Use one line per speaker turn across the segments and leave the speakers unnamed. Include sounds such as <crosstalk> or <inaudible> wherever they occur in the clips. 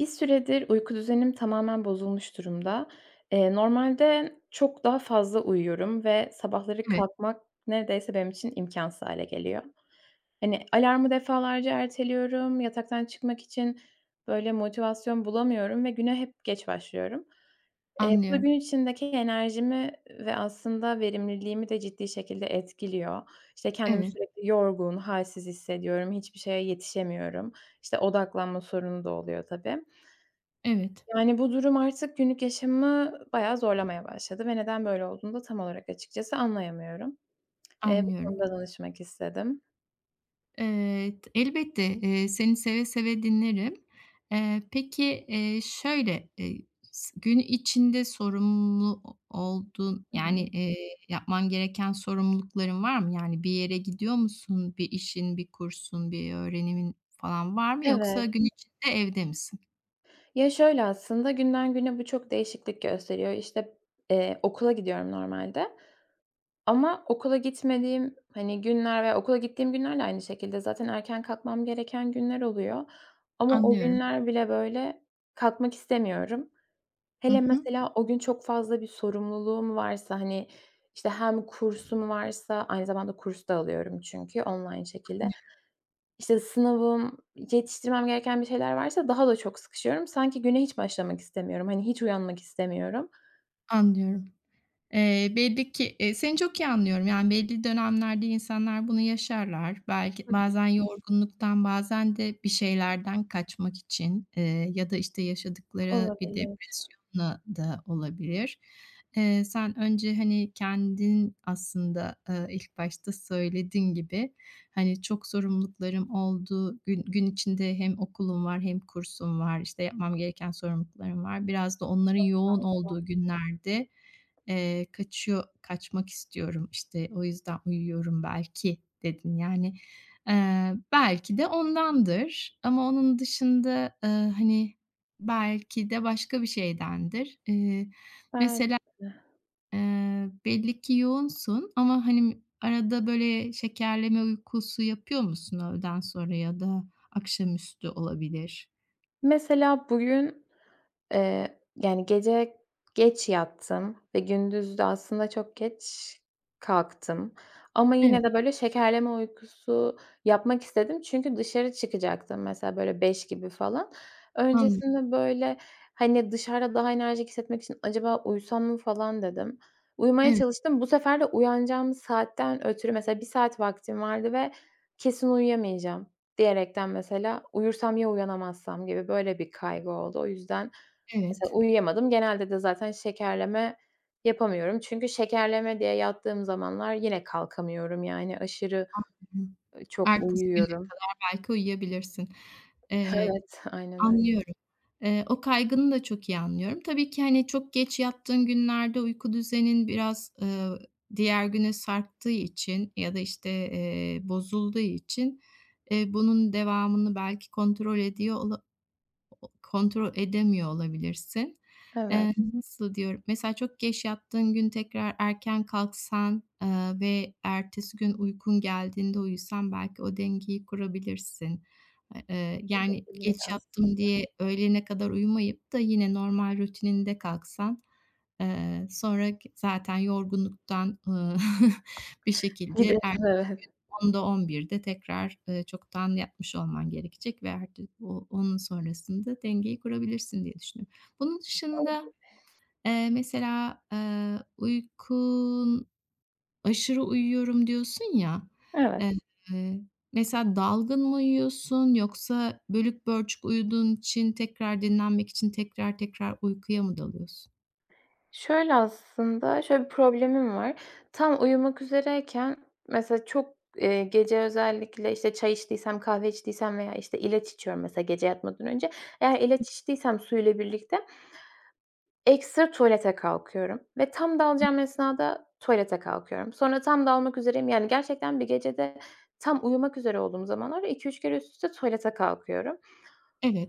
Bir süredir uyku düzenim tamamen bozulmuş durumda. Normalde çok daha fazla uyuyorum ve sabahları
Evet,
kalkmak neredeyse benim için imkansız hale geliyor. Hani, alarmı defalarca erteliyorum, yataktan çıkmak için, böyle, motivasyon bulamıyorum ve güne hep geç başlıyorum. Bu da gün
anlıyorum.
içindeki enerjimi ve aslında verimliliğimi de ciddi şekilde etkiliyor. İşte, kendimi
Evet,
sürekli yorgun, halsiz hissediyorum, hiçbir şeye yetişemiyorum. İşte, odaklanma sorunu da oluyor tabii.
evet,
Yani, bu durum artık günlük yaşamı bayağı zorlamaya başladı ve neden böyle olduğunu da tam olarak açıkçası anlayamıyorum. Bu
anlıyorum.
konuda danışmak istedim.
T Elbette, seni seve seve dinlerim. Peki, şöyle, s gün içinde sorumlu o olduğun,
Hı
yani,
hı.
yapman gereken sorumlulukların var mı? Yani bir yere gidiyor musun? Bir işin, bir kursun, bir öğrenimin falan var mı? Yoksa
Evet.
gün içinde evde misin?
Ya, şöyle aslında günden güne bu çok değişiklik gösteriyor. İşte, okula gidiyorum normalde ama okula gitmediğim, hani, günler ve okula gittiğim günlerle aynı şekilde zaten erken kalkmam gereken günler oluyor ama o
Anlıyorum.
günler bile, böyle, kalkmak istemiyorum.
Hı
Hele
hı.
mesela o gün çok fazla bir sorumluluğum varsa, hani, işte, hem kursum varsa aynı zamanda kurs da alıyorum çünkü online şekilde. İşte, sınavım, yetiştirmem gereken bir şeyler varsa daha da çok sıkışıyorum. Sanki güne hiç başlamak istemiyorum. Hani, hiç uyanmak istemiyorum.
Anlıyorum. Belli ki, seni çok iyi anlıyorum. Yani belli dönemlerde insanlar bunu yaşarlar. Belki
Hı hı.
bazen yorgunluktan, bazen de bir şeylerden kaçmak için, ya da, işte, yaşadıkları bir
Olabilir.
depresyonla da olabilir. Sen önce, hani, kendin aslında, ilk başta söylediğin gibi, hani, çok sorumluluklarım oldu, gün içinde hem okulum var hem kursum var, işte, yapmam gereken sorumluluklarım var. Biraz da onların yoğun olduğu günlerde kaçıyor kaçmak istiyorum, işte, o yüzden uyuyorum belki dedin. Yani, belki de ondandır ama onun dışında, hani, belki de başka bir şeydendir.
Belki
Mesela,
de.
belli ki yoğunsun ama, hani, arada böyle şekerleme uykusu yapıyor musun öğleden sonra ya da akşamüstü olabilir?
Mesela bugün yani gece geç yattım ve gündüz de aslında çok geç kalktım ama
Evet,
yine de böyle şekerleme uykusu yapmak istedim çünkü dışarı çıkacaktım mesela böyle 5 gibi falan.
anladım.
Öncesinde böyle, hani, dışarıda daha enerjik hissetmek için acaba uyusam mı falan dedim. Uyumaya
Evet,
çalıştım. Bu sefer de uyanacağım saatten ötürü mesela bir saat vaktim vardı ve kesin uyuyamayacağım diyerekten mesela uyursam ya uyanamazsam gibi böyle bir kaygı oldu. O yüzden mesela
evet.
uyuyamadım. Genelde de zaten şekerleme yapamıyorum. Çünkü şekerleme diye yattığım zamanlar yine kalkamıyorum. Yani aşırı,
Hı hı.
çok
Ertesi gün
uyuyorum.
belki uyuyabilirsin.
<laughs>
Eee
Evet, aynen öyle.
Anlıyorum. O kaygını da çok iyi anlıyorum. Tabii ki, hani, çok geç yattığın günlerde uyku düzenin biraz, diğer güne sarktığı için ya da, işte, bozulduğu için, bunun devamını belki kontrol edemiyor olabilirsin.
Evet,
Hı hı. Nasıl diyorum? Mesela çok geç yattığın gün tekrar erken kalksan, ve ertesi gün uykun geldiğinde uyusan belki o dengeyi kurabilirsin. Yani
olabilir
geç yattım
aslında.
diye öğlene kadar uyumayıp da yine normal rutininde kalksan, sonra zaten yorgunluktan, <laughs> bir
<laughs>
şekilde ertesi
Giderim, evet.
10'da 11'de tekrar, çoktan yatmış olman gerekecek ve artık onun sonrasında dengeyi kurabilirsin diye düşünüyorum. Bunun dışında, mesela, uykun aşırı uyuyorum diyorsun ya,
Evet.
eee, mesela dalgın mı uyuyorsun yoksa bölük pörçük uyuduğun için tekrar dinlenmek için tekrar tekrar uykuya mı dalıyorsun?
Şöyle aslında, şöyle bir problemim var. Tam uyumak üzereyken mesela çok, gece özellikle, işte, çay içtiysem, kahve içtiysem veya, işte, ilaç içiyorum mesela gece yatmadan önce. Eğer ilaç içtiysem suyla birlikte ekstra tuvalete kalkıyorum ve tam dalacağım esnada tuvalete kalkıyorum. Sonra tam dalmak üzereyim. Yani, gerçekten bir gecede tam uyumak üzere olduğum zamanlarda 2-3 kere üst üste tuvalete kalkıyorum.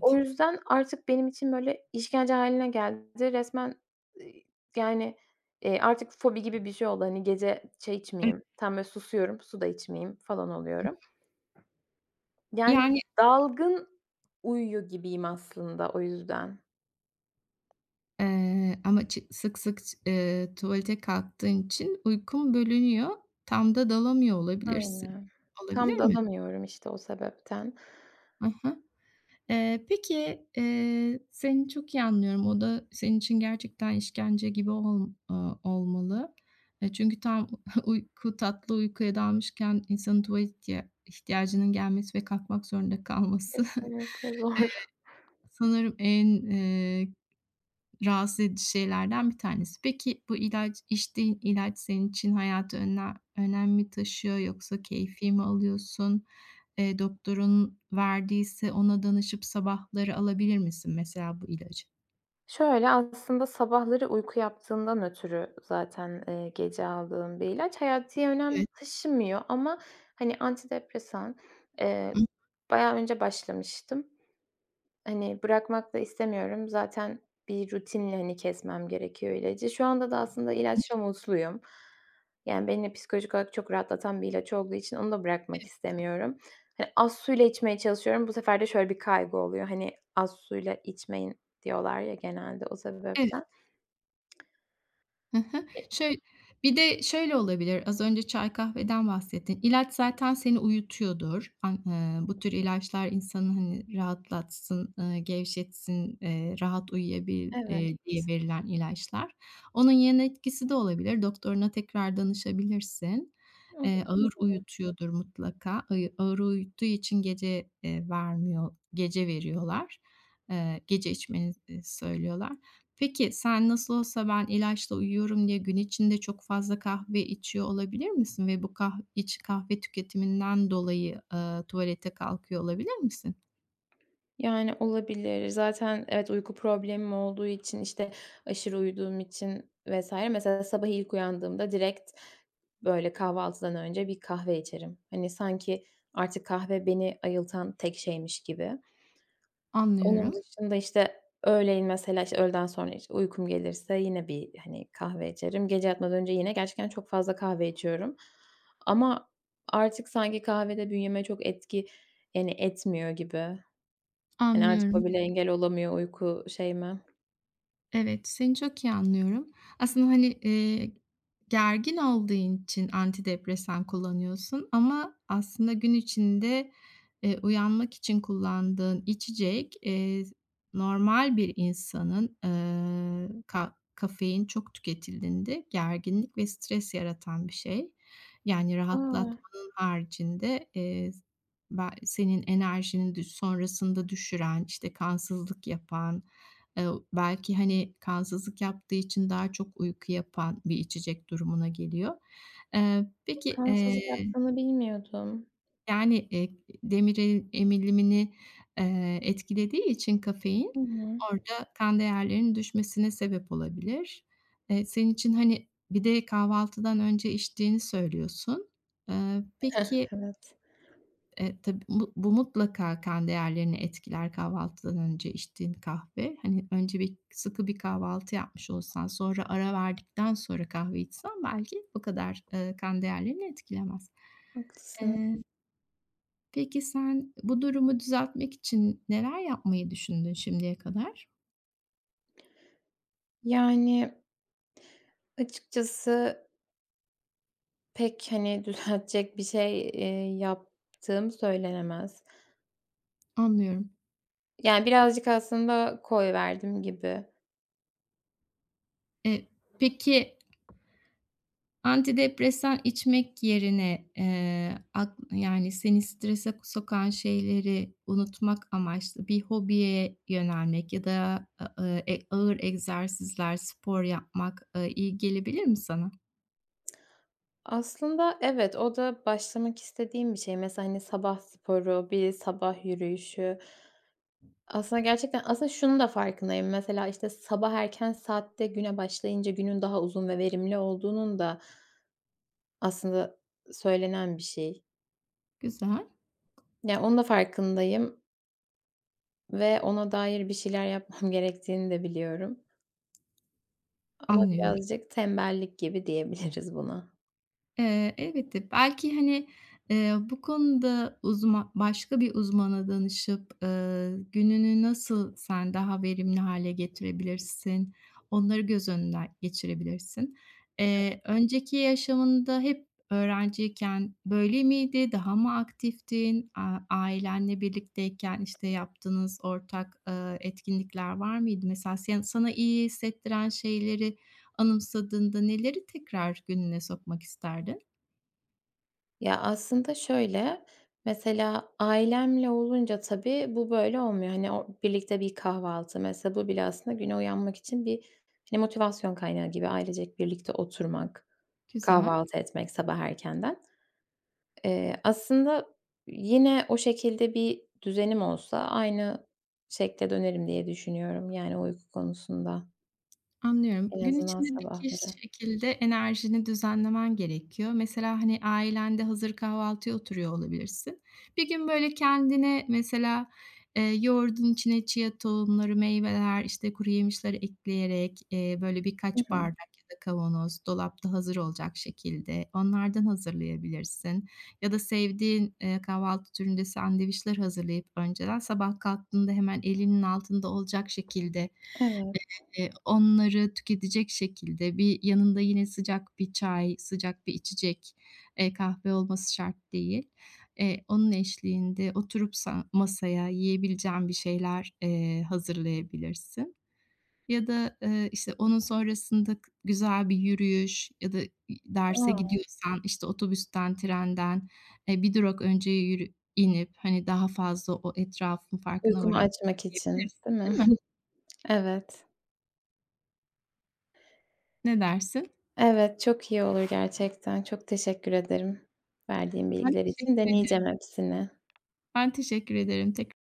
O yüzden artık benim için, böyle, işkence hâline geldi. Resmen, iii, yani, artık fobi gibi bir şey oldu. Hani, gece çay
evet.
içmeyeyim, tam böyle susuyorum, su da içmeyeyim falan oluyorum. Yani,
Yani
dalgın uyuyor gibiyim aslında o yüzden.
Ama çı sık sık ç tuvalete kalktığın için uykun bölünüyor. Tam da dalamıyor olabilirsin.
Aynen.
Olabilir
Tam
mi?
dalamıyorum işte o sebepten.
Hı hı. Peki, seni çok iyi anlıyorum. O da senin için gerçekten işkence gibi olmalı. Çünkü tam <laughs> tatlı uykuya dalmışken insanın tuvalet ihtiyacının gelmesi ve kalkmak zorunda kalması <laughs>
Kesinlikle zor.
sanırım rahatsız edici şeylerden bir tanesi. Peki içtiğin ilaç senin için hayatı önem mi taşıyor yoksa keyfi mi alıyorsun? Doktorun verdiyse ona danışıp sabahları alabilir misin mesela bu ilacı?
Şöyle, aslında sabahları uyku yaptığından ötürü zaten, gece aldığım bir ilaç hayati önem
Evet.
taşımıyor ama, hani, antidepresan, eee,
Hı.
bayağı önce başlamıştım. Hani, bırakmak da istemiyorum. Zaten bir rutinle, hani, kesmem gerekiyor ilacı. Şu anda da aslında hı. ilaçla mutluyum. Yani, beni psikolojik olarak çok rahatlatan bir ilaç olduğu için onu da bırakmak istemiyorum. Hani, az suyla içmeye çalışıyorum. Bu sefer de şöyle bir kaygı oluyor. Hani, az suyla içmeyin diyorlar ya genelde o
Evet.
sebepten.
Hı hı.
E,
Bir de şöyle olabilir, az önce çay kahveden bahsettin. İlaç zaten seni uyutuyordur. An Bu tür ilaçlar insanı, hani, rahatlatsın, gevşetsin, rahat uyuyabil diye verilen ilaçlar. Onun yan etkisi de olabilir. Doktoruna tekrar danışabilirsin.
evet.
Ağır uyutuyordur mutlaka. Ağır uyuttuğu için gece, vermiyor, gece veriyorlar. Gece içmeni, söylüyorlar. Peki, sen nasıl olsa ben ilaçla uyuyorum diye gün içinde çok fazla kahve içiyor olabilir misin ve bu kahve tüketiminden dolayı, tuvalete kalkıyor olabilir misin?
Yani, olabilir. Zaten evet, uyku problemim olduğu için, işte, aşırı uyuduğum için vesaire mesela sabah ilk uyandığımda direkt, böyle, kahvaltıdan önce bir kahve içerim. Hani, sanki artık kahve beni ayıltan tek şeymiş gibi. Onun
Anlıyorum,
dışında, işte, öğleyin mesela, işte, öğleden sonra, işte, uykum gelirse yine bir, hani, kahve içerim. Gece yatmadan önce yine gerçekten çok fazla kahve içiyorum. Ama artık sanki kahve de bünyeme çok etki, yani, etmiyor gibi. Hani, artık
anlıyorum.
o bile engel olamıyor uyku şeyime.
Evet, seni çok iyi anlıyorum. Aslında, hani, gergin olduğun için antidepresan kullanıyorsun ama aslında gün içinde, uyanmak için kullandığın içecek, normal bir insanın, ka kafein çok tüketildiğinde gerginlik ve stres yaratan bir şey. Yani
A!
rahatlatmanın haricinde, ba senin enerjini sonrasında düşüren, işte, kansızlık yapan, Eee, belki, hani, kansızlık yaptığı için daha çok uyku yapan bir içecek durumuna geliyor. Peki,
Kansızlık yaptığını bilmiyordum.
yani, demir emilimini, etkilediği için kafein
Hı hı.
orada kan değerlerinin düşmesine sebep olabilir. Senin için, hani, bir de kahvaltıdan önce içtiğini söylüyorsun. Eee, peki
<laughs> Evet.
Tabii bu mutlaka kan değerlerini etkiler kahvaltıdan önce içtiğin kahve. Hani, önce bir sıkı bir kahvaltı yapmış olsan, sonra ara verdikten sonra kahve içsen belki bu kadar, kan değerlerini etkilemez.
Haklısın.
Eee, peki sen bu durumu düzeltmek için neler yapmayı düşündün şimdiye kadar?
Yani, açıkçası pek, hani, <laughs> düzeltecek bir şey, yaptığım söylenemez.
Anlıyorum.
Yani, birazcık aslında koyverdim gibi.
Eee, peki, antidepresan içmek yerine, ak yani, seni strese sokan şeyleri unutmak amaçlı bir hobiye yönelmek ya da a e ağır egzersizler, spor yapmak, iyi gelebilir mi sana?
Aslında evet, o da başlamak istediğim bir şey. Mesela, hani, sabah sporu, bir sabah yürüyüşü. Aslında gerçekten aslında şunun da farkındayım. Mesela, işte, sabah erken saatte güne başlayınca günün daha uzun ve verimli olduğunun da aslında söylenen bir şey.
Güzel,
Yani, onun da farkındayım ve ona dair bir şeyler yapmam <laughs> gerektiğini de biliyorum ama
anlıyorum.
birazcık tembellik gibi diyebiliriz buna.
Elbette. Belki, hani, bu konuda başka bir uzmana danışıp, gününü nasıl sen daha verimli hale getirebilirsin, onları göz önünden geçirebilirsin. Önceki yaşamında hep öğrenciyken böyle miydi? Daha mı aktiftin? Ailenle birlikteyken, işte, yaptığınız ortak, etkinlikler var mıydı? Mesela sana iyi hissettiren şeyleri anımsadığında neleri tekrar gününe sokmak isterdin?
Ya, aslında şöyle, mesela ailemle olunca tabii bu böyle olmuyor. Hani, o birlikte bir kahvaltı mesela bu bile aslında güne uyanmak için bir, hani, motivasyon kaynağı gibi ailecek birlikte oturmak,
Güzel,
kahvaltı etmek sabah erkenden. Aslında yine o şekilde bir düzenim olsa aynı şekle dönerim diye düşünüyorum, yani, uyku konusunda.
anlıyorum.
En
Gün
azından
içinde peki
sabahları.
şekilde enerjini düzenlemen gerekiyor. Mesela, hani, ailende hazır kahvaltıya oturuyor olabilirsin. Bir gün, böyle, kendine mesela, yoğurdun içine chia tohumları, meyveler, işte, kuru yemişleri ekleyerek, böyle,
Hı
birkaç
hı.
bardak ya da kavanoz dolapta hazır olacak şekilde onlardan hazırlayabilirsin. Ya da sevdiğin, kahvaltı türünde sandviçler hazırlayıp önceden sabah kalktığında hemen elinin altında olacak şekilde
Evet.
Onları tüketecek şekilde bir yanında yine sıcak bir çay, sıcak bir içecek, kahve olması şart değil. Onun eşliğinde oturup masaya yiyebileceğin bir şeyler, hazırlayabilirsin. Ya da, işte, onun sonrasında güzel bir yürüyüş ya da derse
A!
gidiyorsan, işte, otobüsten, trenden, bir durak önce inip, hani, daha fazla o etrafın farkına
Uykumu
vararak
açmak için,
yürüyebilirsin,
değil mi?
değil mi?
<laughs> Evet.
Ne dersin?
Evet, çok iyi olur gerçekten. Çok teşekkür ederim verdiğin
Ben
bilgiler için.
teşekkür ederim.
Deneyeceğim hepsini.
Ben teşekkür ederim. Tekrar